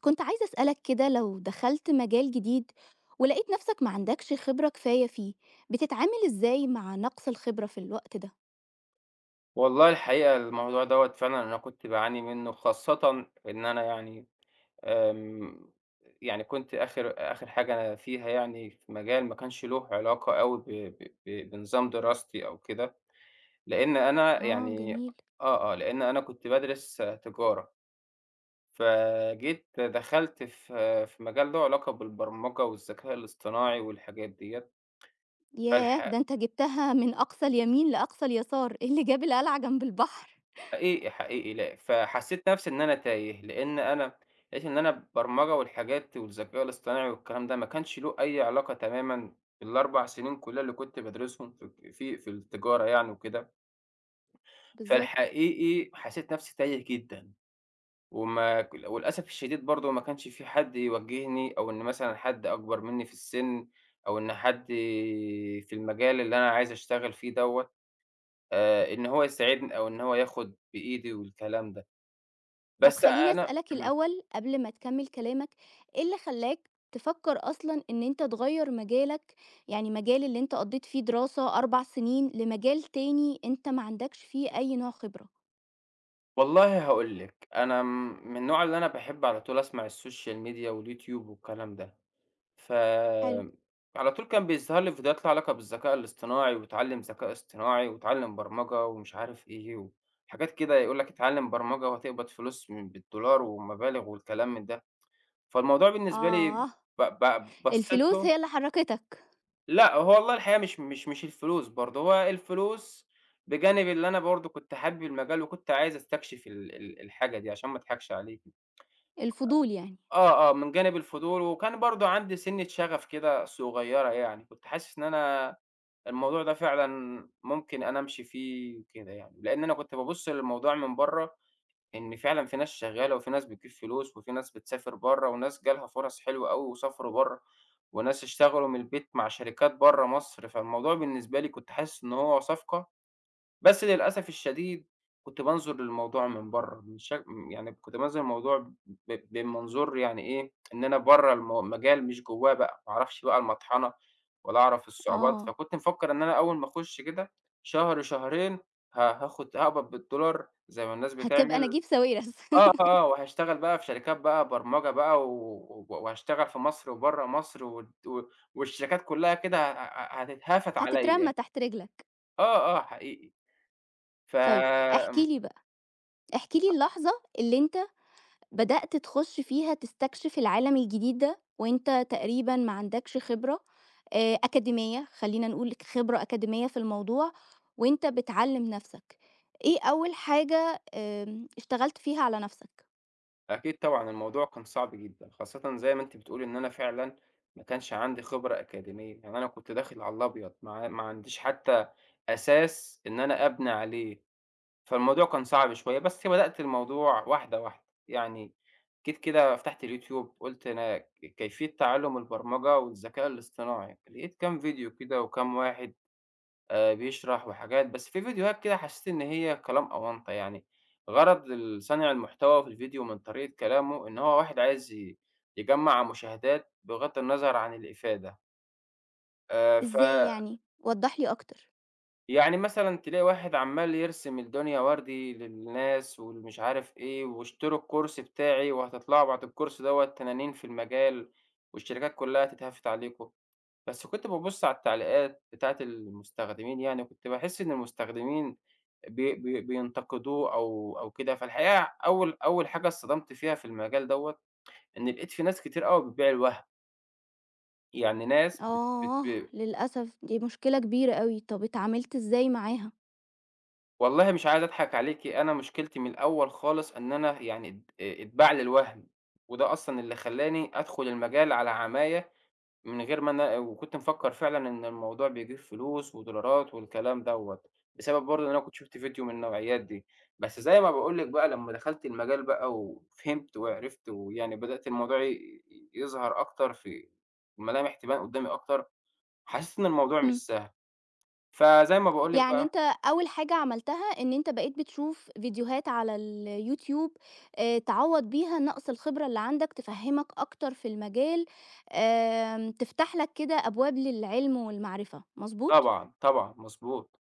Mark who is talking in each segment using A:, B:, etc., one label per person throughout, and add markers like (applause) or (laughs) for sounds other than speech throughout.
A: كنت عايزة أسألك كده لو دخلت مجال جديد ولقيت نفسك ما عندكش خبرة كفاية فيه، بتتعامل إزاي مع نقص الخبرة في الوقت ده؟
B: والله الحقيقة الموضوع دوّة فعلًا أنا كنت باعاني منّه، خاصةً إن أنا يعني آمم، يعني كنت آخر حاجة أنا فيها يعني في مجال ما كانش له علاقة أوي ب ب ب بنظام دراستي أو كده، لإن أنا
A: آه
B: يعني
A: جميل.
B: لإن أنا كنت بادرس تجارة، فجيت دخلت في مجال له علاقة بالبرمجة والذكاء الاصطناعي والحاجات ديّة،
A: ياه!
B: فالح
A: ده أنت جبتها من أقصى اليمين لأقصى اليسار، إيه اللي جاب القلعة جنب البحر؟
B: حقيقي، حقيقي لأ، فحسّيت نَفْسي إن أنا تايه، لإن أنا لقيت إن أنا البرمجة والحاجات والذكاء الاصطناعي والكلام ده ما كانش له أي علاقة تمامًا بال4 سنين كُلّها اللي كنت بادرسهم في الك في في التجارة يعني وكده،
A: بالضبط.
B: فالحقيقي حسّيت نَفْسي تايه جدًا، وما ك وللأسف الشديد برضه ما كانش في حد يوجّهني أو إن مثلًا حد أكبر منّي في السِن أو إن حد في المجال اللي أنا عايز أشتغل فيه دوّة إن هو يساعدني أو إن هو ياخُد بإيدي والكلام ده.
A: طب
B: بس
A: خلّيني
B: أنا
A: أسألك الأول قبل ما تكمل كلامك، إيه اللي خلّاك تفكر أصلًا إن أنت تغيّر مجالك، يعني مجال اللي أنت قضيت فيه دراسة 4 سنين لمجال تاني أنت ما عندكش فيه أي نوع خبرة؟
B: والله هاقول لِك، أنا م من النوع اللي أنا باحب على طول أسمع السوشيال ميديا واليوتيوب والكلام ده، ف
A: حلو.
B: على طول كان بيظهر لي فيديوهات ليها علاقة بالذكاء الاصطناعي، واتعلم ذكاء اصطناعي، واتعلم برمجة ومش عارف إيه، وحاجات كده يقول لك اتعلم برمجة وهتقبض فلوس من بالدولار ومبالغ والكلام من ده، فالموضوع بالنسبة لي
A: آه.
B: ب ب بصيت
A: الفلوس
B: له.
A: هي اللي حرّكتك؟
B: لأ، هو والله الحقيقة مش الفلوس برضه، هو الفلوس بجانب اللي أنا برضه كنت حابب المجال وكنت عايز أستكشف ال ال الحاجة دي عشان ما أضحكش عليكِ.
A: الفضول يعني.
B: آه، آه، من جانب الفضول وكان برضه عندي سِنّة شغف كده صغيرة يعني، كنت حاسس إن أنا الموضوع ده فعلًا ممكن أنا أمشي فيه وكده يعني، لإن أنا كنت بابُص للموضوع من برّه، إن فعلًا في ناس شغّالة وفي ناس بتجيب فلوس وفي ناس بتسافر برّه وناس جالها فرص حلوة أوي وسافروا برّه وناس اشتغلوا من البيت مع شركات برّه مصر، فالموضوع بالنسبة لي كنت حاسس إن هو صفقة، بس للأسف الشديد كنت بانظُر للموضوع من برّه من شك يعني كنت بانظُر للموضوع بمنظور يعني إيه، إن أنا برّه المجال مش جوّاه بقى، ما أعرفش بقى المطحنة ولا أعرف الصعوبات،
A: آه.
B: فكنت مفكّر إن أنا أول ما أخُش كده شهر، شهرين، ه هاخُد هاقبض بالدولار زي ما الناس
A: هتبقى
B: بتعمل.
A: نجيب ساويرس
B: آه،
A: (laughs)
B: آه، وهاشتغل بقى في شركات بقى برمجة بقى و و وهاشتغل في مصر وبرّه مصر والد و والشركات كلّها كده ه ه هتتهافت عليّا.
A: هتترمى تحت رجلك.
B: آه، آه، حقيقي. ف
A: طيب احكِ
B: آمم،
A: لي بقى، احكِ لي اللحظة اللي أنت بدأت تخُش فيها تستكشف العالم الجديد ده، وأنت تقريبًا ما عندكش خبرة أكاديمية، خلّينا نقول خبرة أكاديمية في الموضوع، وأنت بتعلّم نَفْسك، إيه أول حاجة اشتغلت فيها على نَفْسك؟
B: أكيد طبعًا الموضوع كان صعب جدًا، خاصةً زي ما أنتِ بتقولي إن أنا فعلًا ما كانش عندي خبرة أكاديمية، يعني أنا كنت داخل على الأبيض، ما عنديش حتى أساس إن أنا أبني عليه. فالموضوع كان صعب شوية، بس بدأت الموضوع واحدة، واحدة. يعني جيت كده فتحت اليوتيوب، قُلت أنا كيفية تعلُّم البرمجة والذكاء الاصطناعي، لقيت كام فيديو كده وكام واحد بيشرح وحاجات، بس في فيديوهات كده حسّيت إن هي كلام أونطة يعني، غرض صانع المحتوى في الفيديو من طريقة كلامه إن هو واحد عايز يجمّع مشاهدات بغض النظر عن الإفادة. ف
A: إزاي يعني؟ وضّح لي أكتر.
B: يعني مثلًا تلاقي واحد عمّال يرسم الدنيا وردي للناس واللي مش عارف إيه، واشتروا الكورس بتاعي وهتطلعوا بعد الكورس دوّة تنانين في المجال، والشركات كلّها تتهافت عليكم، بس كنت بابُص على التعليقات بتاعة المستخدمين يعني، كنت باحس إن المستخدمين بي بي بينتقدوه أو كده، فالحقيقة أول حاجة اتصدمت فيها في المجال دوّة، إن لقيت في ناس كتير أوي بتبيع الوهم، يعني ناس بت بت
A: آه،
B: ب
A: للأسف دي مشكلة كبيرة أوي، طب اتعاملت إزاي معاها؟
B: والله مش عايز أضحك عليكِ، أنا مشكلتي من الأول خالص إن أنا يعني اتباع للوهم، وده أصلًا اللي خلّاني أدخل المجال على عماية من غير ما أنا وكنت مفكّر فعلًا إن الموضوع بيجيب فلوس ودولارات والكلام دوّة، بسبب برضه إن أنا كنت شُفت فيديو من النوعيات دي، بس زي ما باقول لِك بقى لمّا دخلت المجال بقى وفهمت وعرفت ويعني بدأت الموضوع يظهر أكتر في الملامح تبان قدّامي أكتر، حسّيت إن الموضوع
A: إمم،
B: مش سهل، فزي ما باقول لِك
A: يعني
B: بقى
A: أنت أول حاجة عملتها إن أنت بقيت بتشوف فيديوهات على اليوتيوب تعوّض بيها نقص الخبرة اللي عندك، تفهّمك أكتر في المجال، آمم، تفتح لك كده أبواب للعلم والمعرفة، مضبوط؟
B: طبعًا، طبعًا، مضبوط.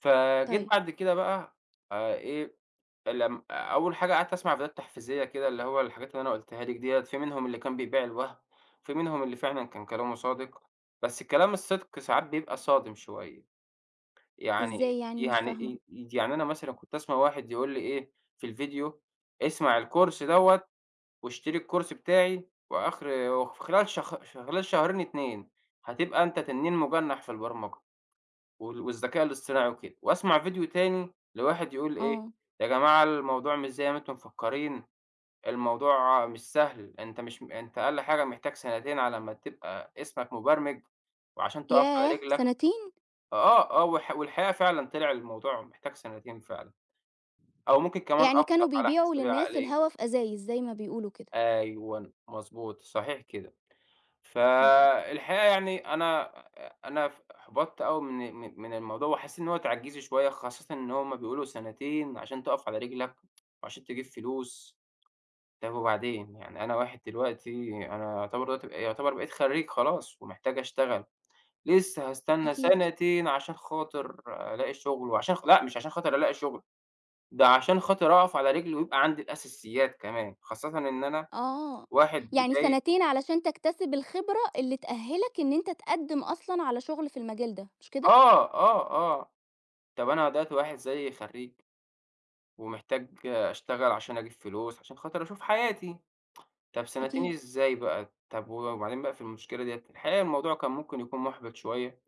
B: فجيت
A: طيب
B: بعد كده بقى إيه، لم أول حاجة قعدت أسمع فيديوهات تحفيزية كده، اللي هو الحاجات اللي أنا قُلتها لِك ديّة، في منهم اللي كان بيبيع الوهم، في منهم اللي فعلًا كان كلامه صادق، بس الكلام الصدق ساعات بيبقى صادم شوية،
A: إزاي
B: يعني
A: يعني مش
B: يعني
A: فاهمة؟
B: ي يعني أنا مثلًا كنت أسمع واحد يقول لي إيه في الفيديو، اسمع الكورس دوّة واشتري الكورس بتاعي وآخر وفي خلال خلال شهرين 2 هتبقى أنت تنين مجنح في البرمجة. والذكاء الاصطناعي وكده، وأسمع فيديو تاني لواحد يقول إيه،
A: آه.
B: يا جماعة الموضوع مش زي ما أنتم مفكّرين، الموضوع مش سهل، أنت مش م أنت أقل حاجة محتاج سنتين على ما تبقى اسمك مبرمج، وعشان تُقف على
A: ياه!
B: رجلك.
A: سنتين!
B: آه، آه، والحقيقة فعلًا طلع الموضوع محتاج سنتين فعلًا، أو ممكن كمان
A: يعني
B: أكتر
A: كانوا
B: على
A: بيبيعوا
B: حسب
A: للناس
B: العقلية.
A: الهوا في أزايز زي ما بيقولوا كده.
B: أيوه، مضبوط، صحيح كده.
A: إمم.
B: فالحقيقة يعني أنا أنا ف احبطت أوي من الموضوع، وحاسس إن هو تعجيزي شوية، خاصةً إن هُم بيقولوا سنتين عشان تقف على رجلك، وعشان تجيب فلوس، طب وبعدين؟ يعني أنا واحد دلوقتي، أنا يعتبر دلوقتي بقيت خريج خلاص، ومحتاج أشتغل، لسه هاستنى
A: أكيد.
B: سنتين عشان خاطر ألاقي شغل، وعشان خ لأ مش عشان خاطر ألاقي شغل، ده عشان خاطر أقف على رجلي ويبقى عندي الأساسيات كمان، خاصةً إن أنا
A: آه.
B: واحد
A: يعني
B: جاي.
A: سنتين علشان تكتسب الخبرة اللي تأهّلك إن أنت تقدّم أصلًا على شغل في المجال ده، مش كده؟
B: آه، آه، آه. طب أنا دلوقتي واحد زيي خرّيج ومحتاج أشتغل عشان أجيب فلوس، عشان خاطر أشوف حياتي، طب سنتين
A: أكيد.
B: إزاي بقى؟ طب وبعدين بقى في المشكلة ديّة، الحقيقة الموضوع كان ممكن يكون مُحبِط شوية،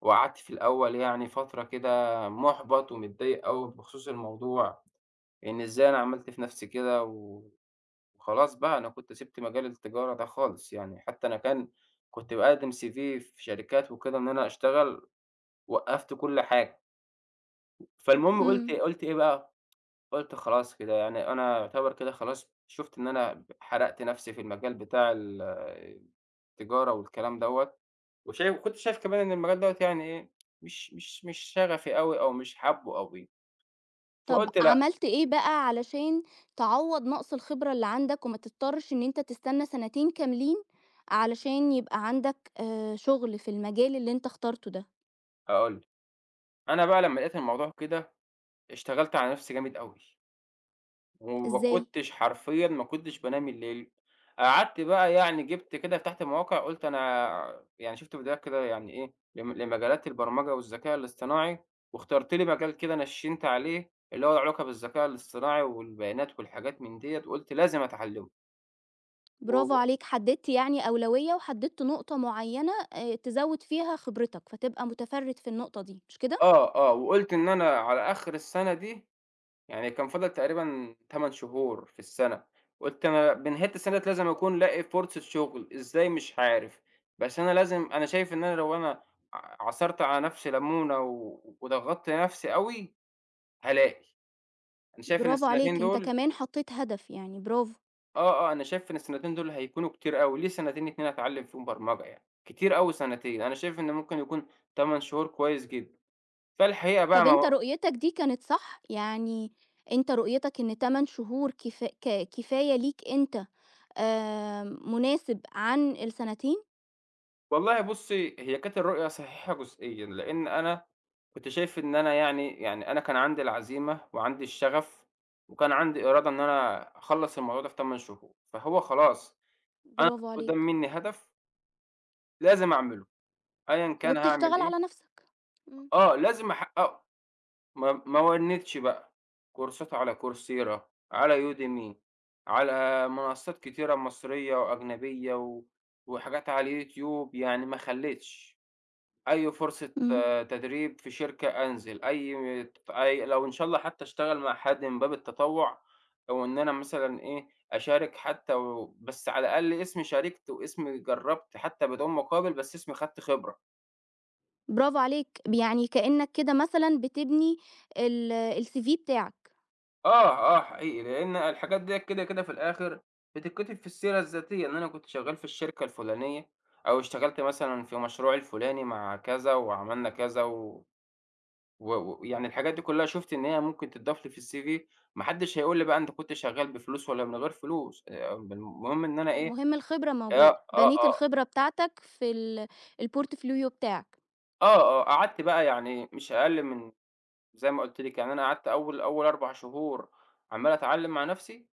B: وقعدت في الأول يعني فترة كده مُحبَط ومتضايق أوي بخصوص الموضوع، إن إزاي أنا عملت في نَفْسي كده وخلاص بقى أنا كنت سِبت مجال التجارة ده خالص يعني، حتى أنا كنت باقدّم CV في شركات وكده إن أنا أشتغل، وقّفت كل حاجة، فالمهم قُلت
A: إمم.
B: إيه، قُلت إيه بقى، قُلت خلاص كده، يعني أنا يعتبر كده خلاص شُفت إن أنا حرقت نَفْسي في المجال بتاع التجارة والكلام دوّة، وكنت شايف كمان إن المجال دوّة يعني إيه، مش شغفي أوي أو مش حابّه أوي،
A: طب
B: فقُلت لأ،
A: عملت إيه بقى علشان تعوّض نقص الخبرة اللي عندك وما تضطرش إن أنت تستنى سنتين كاملين علشان يبقى عندك شغل في المجال اللي أنت اخترته ده،
B: أقول له. أنا بقى لمّا لقيت الموضوع كده، اشتغلت على نَفْسي جامد أوي. وما
A: إزاي؟
B: كنتش حرفيًا ما كنتش بانام الليل، قعدت بقى يعني جِبت كده فتحت مواقع قُلت أنا يعني شُفت فيديوهات كده يعني إيه، لم لمجالات البرمجة والذكاء الاصطناعي، واخترت لي مجال كده نشِّنت عليه اللي هو له علاقة بالذكاء الاصطناعي والبيانات والحاجات من ديّة، قُلت لازم أتعلّمه. وب
A: برافو عليك، حددت يعني أولوية وحددت نقطة معيّنة تزوّد فيها خبرتك، فتبقى متفرّد في النقطة دي، مش كده؟
B: آه، آه، وقُلت إن أنا على آخر السَنة دي يعني كان فاضل تقريبًا 8 شهور في السَنة، قُلت أنا بنهاية السَنة ديّة لازم أكون لاقي فرصة شُغل، إزاي مش عارف، بس أنا لازم، أنا شايف إن أنا لو أنا عصرت على نَفْسي لَمونة وضغطت نَفْسي أوي هالاقي، أنا شايف إن
A: برافو
B: السنتين
A: عليك،
B: إمم، إمم.
A: أنت
B: دول.
A: كمان حطّيت هدف، يعني برافو.
B: آه، آه، أنا شايف إن السنتين دول هيكونوا كتير أوي، ليه سنتين 2 أتعلّم فيهم برمجة يعني، كتير أوي سنتين، أنا شايف إن ممكن يكون 8 شهور كويس جدًا، فالحقيقة بقى
A: طَب
B: ما
A: أنت رؤيتك دي كانت صح؟ يعني أنت رؤيتك إن 8 شهور كفاية ليك أنت مناسب عن السنتين؟
B: والله بُصّي، هي كانت الرؤية صحيحة جزئيًا، لإن أنا كنت شايف إن أنا يعني أنا كان عندي العزيمة وعندي الشغف، وكان عندي إرادة إن أنا أخلّص الموضوع ده في 8 شهور، فهو خلاص أنا
A: برافو
B: قدّام
A: عليك،
B: منّي هدف لازم أعمله، أيًا كان هاعمل
A: وبتشتغل
B: إيه.
A: على نَفْسك. إمم،
B: آه، لازم أحققه، ما ما وَنّتش بقى، كورسات على coursera، على udemy، على منصات كتيرة مصرية وأجنبية و وحاجات على اليوتيوب، يعني ما خلّيتش. أي فرصة
A: إمم.
B: آه، تدريب في شركة أنزل، أي، أي لو إن شاء الله حتى أشتغل مع حد من باب التطوع، أو إن أنا مثلًا إيه، أشارك حتى بس على الأقل اسمي شاركت واسمي جرّبت حتى بدون مقابل، بس اسمي خدت خبرة.
A: برافو عليك. يعني كإنّك كده مثلًا بتبني ال الCV بتاعك.
B: آه، آه حقيقي، لإن الحاجات ديّة كده، كده في الآخر بتتكتب في السيرة الذاتية إن أنا كنت شغال في الشركة الفلانية، أو اشتغلت مثلًا في مشروعي الفلاني مع كذا وعملنا كذا و- ويعني الحاجات دي كلّها شُفت إن هي ممكن تتضاف لي في الCV، ما حدّش هيقول لي بقى أنت كنت شغّال بفلوس والّا من غير فلوس، المهم إن أنا إيه.
A: المهم الخبرة موجودة،
B: آه، آه،
A: بنيت
B: آه،
A: الخبرة بتاعتك في الportfolio بتاعك.
B: آه، آه، قعدت بقى يعني مش أقل من زي ما قُلت لِك، يعني أنا قعدت أول 4 شهور عمّال أتعلّم مع نَفْسي،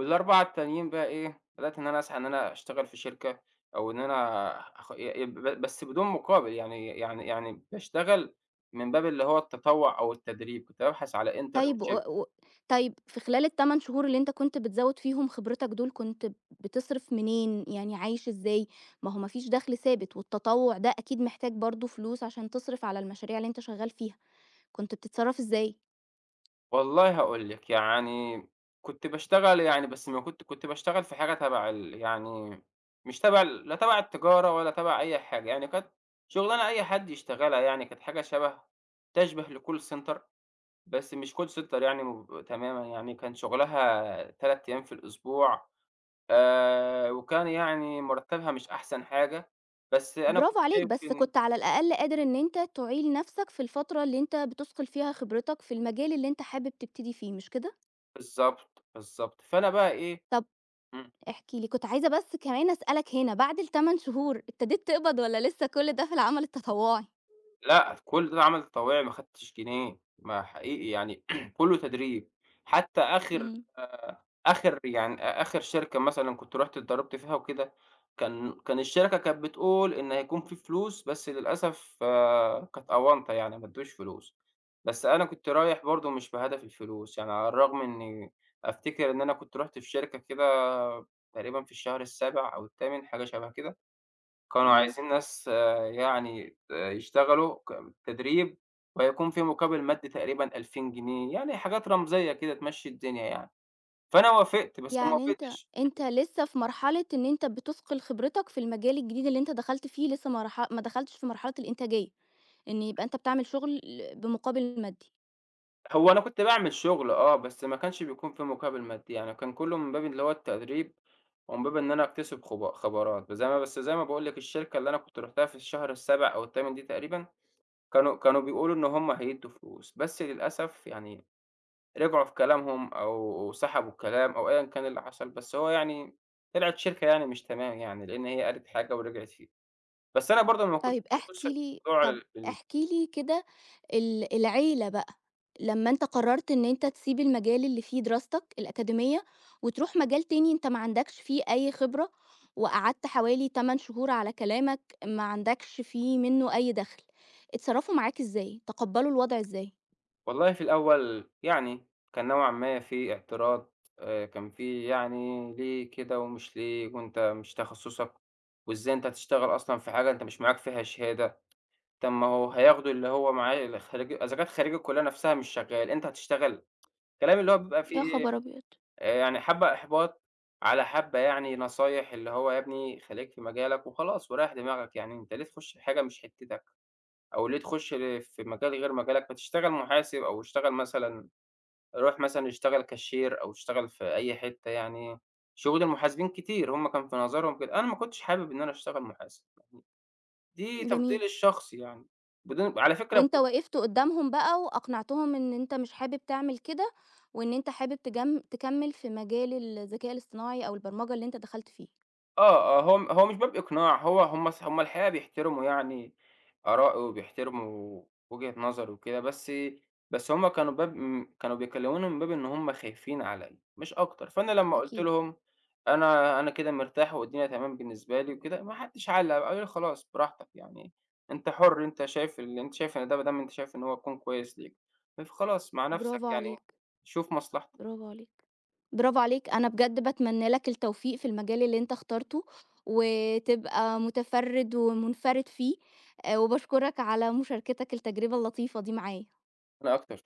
B: وال4 التانيين بقى إيه، بدأت إن أنا أسعى إن أنا أشتغل في شركة أو إن أنا أخ ي ي ب بس بدون مقابل، يعني باشتغل من باب اللي هو التطوّع أو التدريب، كنت بابحث على
A: طيب و
B: internship.
A: و طيب في خلال ال8 شهور اللي أنت كنت بتزوّد فيهم خبرتك دول، كنت بتصرف منين، يعني عايش إزاي؟ ما هو ما فيش دخل ثابت، والتطوع ده أكيد محتاج برضه فلوس عشان تصرف على المشاريع اللي أنت شغال فيها، كنت بتتصرف إزاي؟
B: والله هاقول لِك، يعني كنت باشتغل يعني بس ما كنت كنت باشتغل في حاجة تبع يعني مش تبع لا تبع التجارة ولا تبع أي حاجة، يعني كانت شُغلانة أي حد يشتغلها يعني، كانت حاجة تَشبه لcall center بس مش call center يعني تمامًا يعني، كان شُغلها 3 أيام في الأسبوع، وكان يعني مرتبها مش أحسن حاجة، بس أنا كنت
A: برافو عليك،
B: شايف
A: بس
B: إن
A: كنت على الأقل قادر إن أنت تعيل نفسك في الفترة اللي أنت بتثقل فيها خبرتك في المجال اللي أنت حابب تبتدي فيه، مش كده؟
B: بالضبط، بالضبط. فأنا بقى إيه.
A: طب
B: إمم.
A: احكِ لي، كنت عايزة بس كمان أسألك هنا، بعد ال8 شهور ابتديت تقبض والّا لسه كل ده في العمل التطوعي؟
B: لأ، كل ده عمل طوعي ما خدتش جنيه، ما حقيقي يعني (clears throat) كلّه تدريب، حتى آخر.
A: إمم،
B: آه، آخر يعني آخر شركة مثلًا كنت رُحت اتدرّبت فيها وكده، كان الشركة كانت بتقول إن هيكون في فلوس، بس للأسف كانت أونطة يعني ما ادّوش فلوس، بس أنا كنت رايح برضه مش بهدف الفلوس، يعني على الرغم إني أفتكر إن أنا كنت رُحت في شركة كده تقريبًا في الشهر السابع أو التامن حاجة شَبه كده، كانوا
A: إمم.
B: عايزين ناس آه، يعني يشتغلوا ك تدريب، وهيكون في مقابل مادي تقريبًا 2000 جنيه، يعني حاجات رمزية كده تمشّي الدنيا يعني، فأنا وافقت بس ما
A: يعني أنت
B: وافقتش.
A: أنت لسه في مرحلة إن أنت بتثقل خبرتك في المجال الجديد اللي أنت دخلت فيه لسه ما دخلتش في مرحلة الإنتاجية، إن يبقى أنت بتعمل شغل بمقابل مادي.
B: هو أنا كنت باعمل شغل آه، بس ما كانش بيكون في مقابل مادي، يعني كان كلّه من باب اللي هو التدريب، ومن باب إن أنا أكتسب خبرات، زي ما باقول لك الشركة اللي أنا كنت رُحتها في الشهر السابع أو التامن دي تقريبًا، كانوا بيقولوا إن هُم هيدّوا فلوس، بس للأسف يعني رجعوا في كلامهم أو سحبوا الكلام أو أيًا كان اللي حصل، بس هو يعني طلعت شركة يعني مش تمام يعني، لإن هي قالت حاجة ورجعت فيها. بس أنا برضه ما كنتش
A: طيب احكِ
B: باصص
A: لي
B: للموضوع
A: طب
B: ال ال
A: احكِ لي كده العيلة بقى، لمّا أنت قررت إن أنت تسيب المجال اللي فيه دراستك الأكاديمية وتروح مجال تاني أنت ما عندكش فيه أي خبرة، وقعدت حوالي 8 شهور على كلامك ما عندكش فيه منه أي دخل، اتصرفوا معاك إزاي؟ تقبلوا الوضع إزاي؟
B: والله في الأول يعني كان نوعًا ما في اعتراض، كان في يعني ليه كده ومش ليه وأنت مش تخصصك، وإزاي أنت هتشتغل أصلًا في حاجة أنت مش معاك فيها شهادة، طب ما هو هياخدوا اللي هو معاه اللي خريج إذا كانت خريج الكلية نفسها مش شغال، أنت هتشتغل. الكلام اللي هو بيبقى فيه
A: يا خبر
B: إيه.
A: أبيض!
B: يعني حبّة إحباط، على حبّة يعني نصايح اللي هو يا ابني خليك في مجالك وخلاص وريّح دماغك، يعني أنت ليه تخُش في حاجة مش حتّتك أو ليه تخُش في مجال غير مجالك؟ ما تشتغل محاسب أو اشتغل مثلًا روح مثلًا اشتغل كاشير أو اشتغل في أي حتّة يعني، شغل المحاسبين كتير، هم كان في نظرهم كده، أنا ما كنتش حابب إن أنا أشتغل محاسب، دي
A: جميل.
B: تفضيلي الشخصي يعني، بدون على فكرة.
A: وأنت وقفت قدّامهم بقى وأقنعتهم إن أنت مش حابب تعمل كده، وإن أنت حابب تكمّل في مجال الذكاء الاصطناعي أو البرمجة اللي أنت دخلت فيه.
B: آه، آه، هو مش باب إقناع، هو هم ص هم الحقيقة بيحترموا يعني آرائي وبيحترموا وجهة نظري وكده، بس بس هم كانوا باب م كانوا بيكلموني من باب إن هم خايفين عليّا، مش أكتر، فأنا لمّا قُلت
A: أكيد.
B: لهم: "أنا كده مرتاح والدنيا تمام بالنسبة لي وكده." ما حدش علّق بقى، قالوا لي: "خلاص براحتك يعني، أنت حُر، أنت شايف اللي أنت شايف إن ده ما دام أنت شايف إن هو هيكون كويس ليك، فخلاص مع نَفْسك
A: برافو
B: يعني،
A: عليك،
B: شوف مصلحتك."
A: برافو عليك، برافو عليك. أنا بجد باتمنى لك التوفيق في المجال اللي أنت اخترته، وتبقى متفرّد ومنفرد فيه، وباشكرك على مشاركتك التجربة اللطيفة دي معايا.
B: أنا أكتر